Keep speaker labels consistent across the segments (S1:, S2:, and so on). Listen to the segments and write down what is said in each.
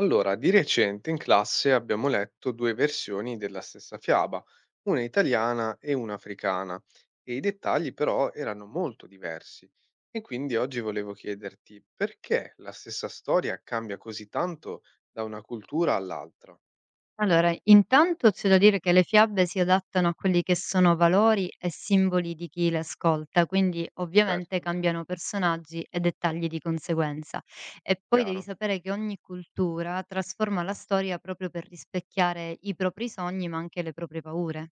S1: Allora, di recente in classe abbiamo letto due versioni della stessa fiaba, una italiana e una africana, e i dettagli però erano molto diversi. E quindi oggi volevo chiederti perché la stessa storia cambia così tanto da una cultura all'altra?
S2: Allora, intanto c'è da dire che le fiabe si adattano a quelli che sono valori e simboli di chi le ascolta, quindi ovviamente
S1: Certo,
S2: cambiano personaggi e dettagli di conseguenza. E poi devi
S1: chiaro.
S2: sapere che ogni cultura trasforma la storia proprio per rispecchiare i propri sogni, ma anche le proprie paure.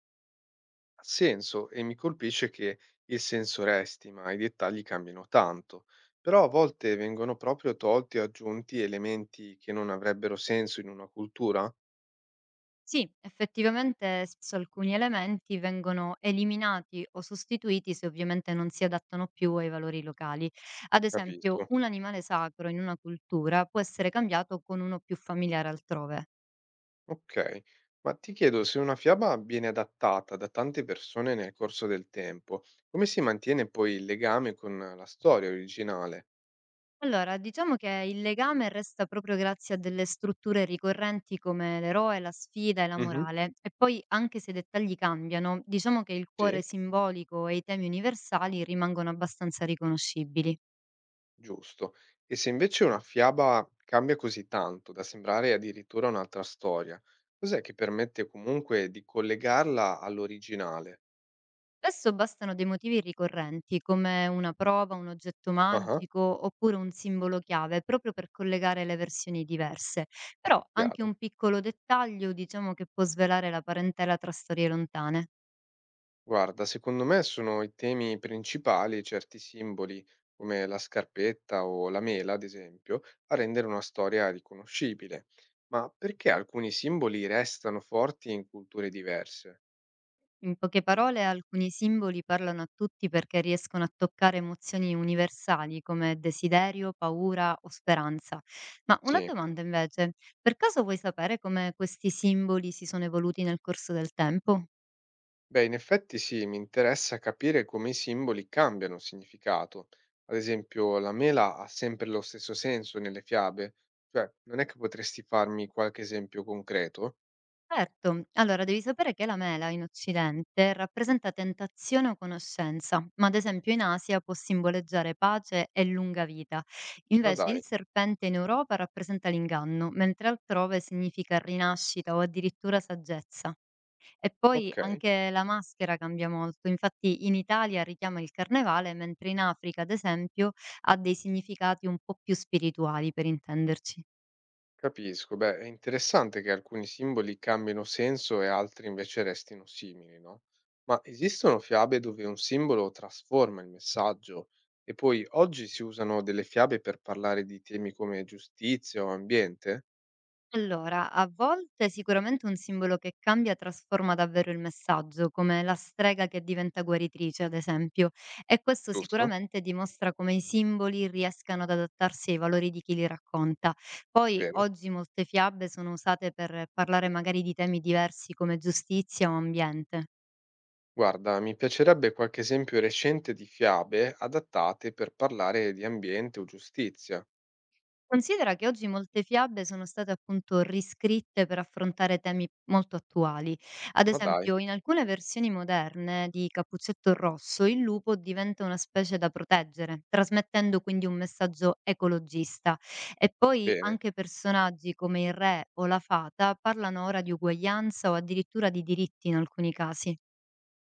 S1: Ha senso e mi colpisce che il senso resti, ma i dettagli cambiano tanto. Però a volte vengono proprio tolti o aggiunti elementi che non avrebbero senso in una cultura?
S2: Sì, effettivamente spesso alcuni elementi vengono eliminati o sostituiti se ovviamente non si adattano più ai valori locali. Ad esempio,
S1: Capisco.
S2: un animale sacro in una cultura può essere cambiato con uno più familiare altrove.
S1: Okay, ma ti chiedo se una fiaba viene adattata da tante persone nel corso del tempo, come si mantiene poi il legame con la storia originale?
S2: Allora, diciamo che il legame resta proprio grazie a delle strutture ricorrenti come l'eroe, la sfida e la
S1: Mh-mh.
S2: morale. E poi, anche se i dettagli cambiano, diciamo che il
S1: Sì,
S2: cuore simbolico e i temi universali rimangono abbastanza riconoscibili.
S1: giusto. E se invece una fiaba cambia così tanto da sembrare addirittura un'altra storia, cos'è che permette comunque di collegarla all'originale?
S2: Spesso bastano dei motivi ricorrenti, come una prova, un oggetto
S1: Ah-ah,
S2: magico oppure un simbolo chiave, proprio per collegare le versioni diverse. Però anche
S1: chiaro.
S2: un piccolo dettaglio diciamo che può svelare la parentela tra storie lontane.
S1: Guarda, secondo me sono i temi principali, certi simboli come la scarpetta o la mela, ad esempio, a rendere una storia riconoscibile. Ma perché alcuni simboli restano forti in culture diverse?
S2: In poche parole, alcuni simboli parlano a tutti perché riescono a toccare emozioni universali come desiderio, paura o speranza. Ma una
S1: Sì,
S2: domanda invece, per caso vuoi sapere come questi simboli si sono evoluti nel corso del tempo?
S1: beh, in effetti sì, mi interessa capire come i simboli cambiano significato. Ad esempio, la mela ha sempre lo stesso senso nelle fiabe, cioè non è che potresti farmi qualche esempio concreto?
S2: Certo, allora devi sapere che la mela in Occidente rappresenta tentazione o conoscenza, ma ad esempio in Asia può simboleggiare pace e lunga vita.
S1: Ma
S2: Invece il
S1: dai,
S2: serpente in Europa rappresenta l'inganno, mentre altrove significa rinascita o addirittura saggezza. E poi
S1: ok.
S2: anche la maschera cambia molto, infatti in Italia richiama il carnevale, mentre in Africa, ad esempio, ha dei significati un po' più spirituali, per intenderci.
S1: Capisco, beh, è interessante che alcuni simboli cambino senso e altri invece restino simili, no? Ma esistono fiabe dove un simbolo trasforma il messaggio e poi oggi si usano delle fiabe per parlare di temi come giustizia o ambiente,
S2: Allora, a volte sicuramente un simbolo che cambia trasforma davvero il messaggio, come la strega che diventa guaritrice, ad esempio, e questo
S1: giusto?
S2: sicuramente dimostra come i simboli riescano ad adattarsi ai valori di chi li racconta. Poi
S1: Vero?
S2: oggi molte fiabe sono usate per parlare magari di temi diversi come giustizia o ambiente.
S1: Guarda, mi piacerebbe qualche esempio recente di fiabe adattate per parlare di ambiente o giustizia.
S2: Considera che oggi molte fiabe sono state appunto riscritte per affrontare temi molto attuali. Ad
S1: Ma dai,
S2: esempio, in alcune versioni moderne di Cappuccetto Rosso, il lupo diventa una specie da proteggere, trasmettendo quindi un messaggio ecologista. E poi
S1: bene.
S2: anche personaggi come il re o la fata parlano ora di uguaglianza o addirittura di diritti in alcuni casi.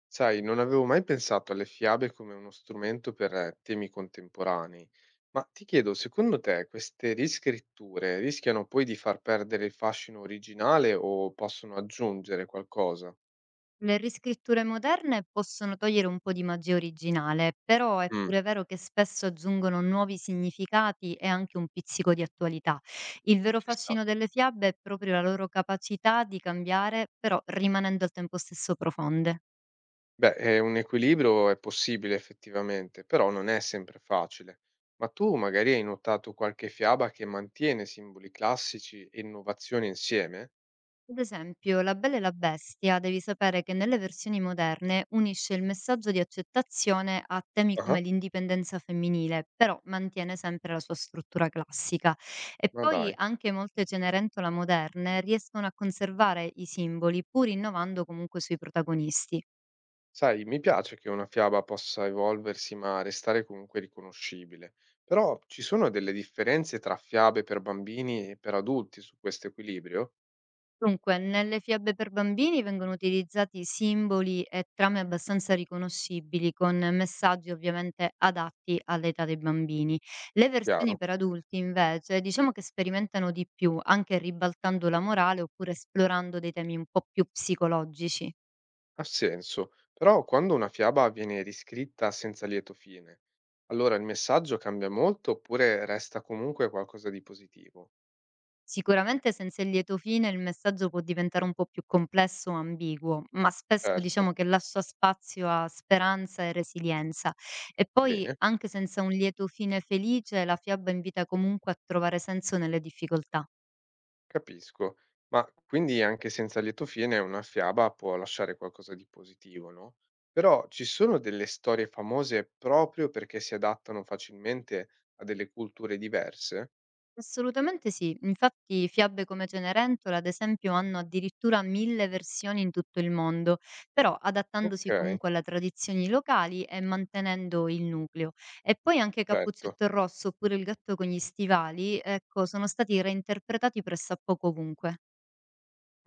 S1: Sai, non avevo mai pensato alle fiabe come uno strumento per temi contemporanei, ma ti chiedo, secondo te queste riscritture rischiano poi di far perdere il fascino originale o possono aggiungere qualcosa?
S2: Le riscritture moderne possono togliere un po' di magia originale, però è
S1: Mm,
S2: pure vero che spesso aggiungono nuovi significati e anche un pizzico di attualità. Il vero
S1: ci sta.
S2: fascino delle fiabe è proprio la loro capacità di cambiare, però rimanendo al tempo stesso profonde.
S1: Beh, un equilibrio è possibile effettivamente, però non è sempre facile. Ma tu magari hai notato qualche fiaba che mantiene simboli classici e innovazioni insieme?
S2: Ad esempio, La Bella e la Bestia devi sapere che nelle versioni moderne unisce il messaggio di accettazione a temi
S1: Ah,
S2: come l'indipendenza femminile, però mantiene sempre la sua struttura classica. E
S1: ma
S2: poi
S1: dai.
S2: anche molte Cenerentola moderne riescono a conservare i simboli, pur innovando comunque sui protagonisti.
S1: Sai, mi piace che una fiaba possa evolversi ma restare comunque riconoscibile, però ci sono delle differenze tra fiabe per bambini e per adulti su questo equilibrio?
S2: Dunque, nelle fiabe per bambini vengono utilizzati simboli e trame abbastanza riconoscibili, con messaggi ovviamente adatti all'età dei bambini. Le versioni
S1: Chiaro,
S2: per adulti, invece, diciamo che sperimentano di più, anche ribaltando la morale oppure esplorando dei temi un po' più psicologici.
S1: ha senso, però quando una fiaba viene riscritta senza lieto fine, allora il messaggio cambia molto oppure resta comunque qualcosa di positivo?
S2: Sicuramente senza il lieto fine il messaggio può diventare un po' più complesso o ambiguo, ma spesso
S1: Certo,
S2: diciamo che lascia spazio a speranza e resilienza. E poi,
S1: bene.
S2: anche senza un lieto fine felice, la fiaba invita comunque a trovare senso nelle difficoltà.
S1: Capisco. Ma quindi anche senza lieto fine una fiaba può lasciare qualcosa di positivo, no? Però ci sono delle storie famose proprio perché si adattano facilmente a delle culture diverse?
S2: Assolutamente sì. Infatti fiabe come Cenerentola, ad esempio, hanno addirittura 1000 versioni in tutto il mondo, però
S1: Ok,
S2: adattandosi comunque alle tradizioni locali e mantenendo il nucleo. E poi anche
S1: certo,
S2: Cappuccetto Rosso oppure Il gatto con gli stivali, ecco, sono stati reinterpretati pressappoco ovunque.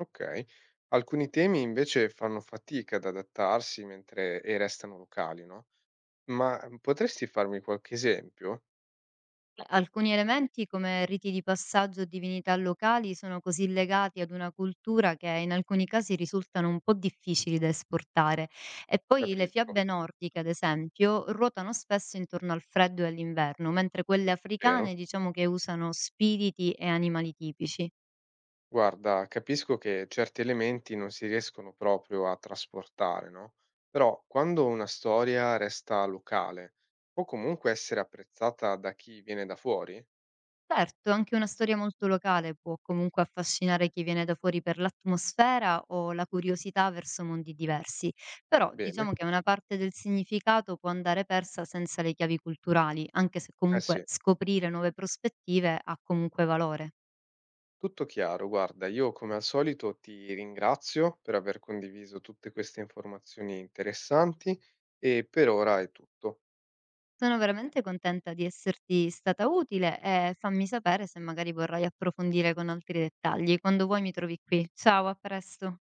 S1: ok. Alcuni temi invece fanno fatica ad adattarsi mentre restano locali, no? Ma potresti farmi qualche esempio?
S2: Alcuni elementi, come riti di passaggio o divinità locali, sono così legati ad una cultura che in alcuni casi risultano un po' difficili da esportare. E poi le
S1: Capisco,
S2: fiabe nordiche, ad esempio, ruotano spesso intorno al freddo e all'inverno, mentre quelle
S1: vero?
S2: africane diciamo che usano spiriti e animali tipici.
S1: Guarda, capisco che certi elementi non si riescono proprio a trasportare, no? Però quando una storia resta locale, può comunque essere apprezzata da chi viene da fuori?
S2: Certo, anche una storia molto locale può comunque affascinare chi viene da fuori per l'atmosfera o la curiosità verso mondi diversi, però
S1: Bene,
S2: diciamo che una parte del significato può andare persa senza le chiavi culturali, anche se
S1: eh
S2: comunque
S1: sì,
S2: scoprire nuove prospettive ha comunque valore.
S1: tutto chiaro. Guarda, io come al solito ti ringrazio per aver condiviso tutte queste informazioni interessanti e per ora è tutto.
S2: Sono veramente contenta di esserti stata utile e fammi sapere se magari vorrai approfondire con altri dettagli. Quando vuoi mi trovi qui. Ciao, a presto.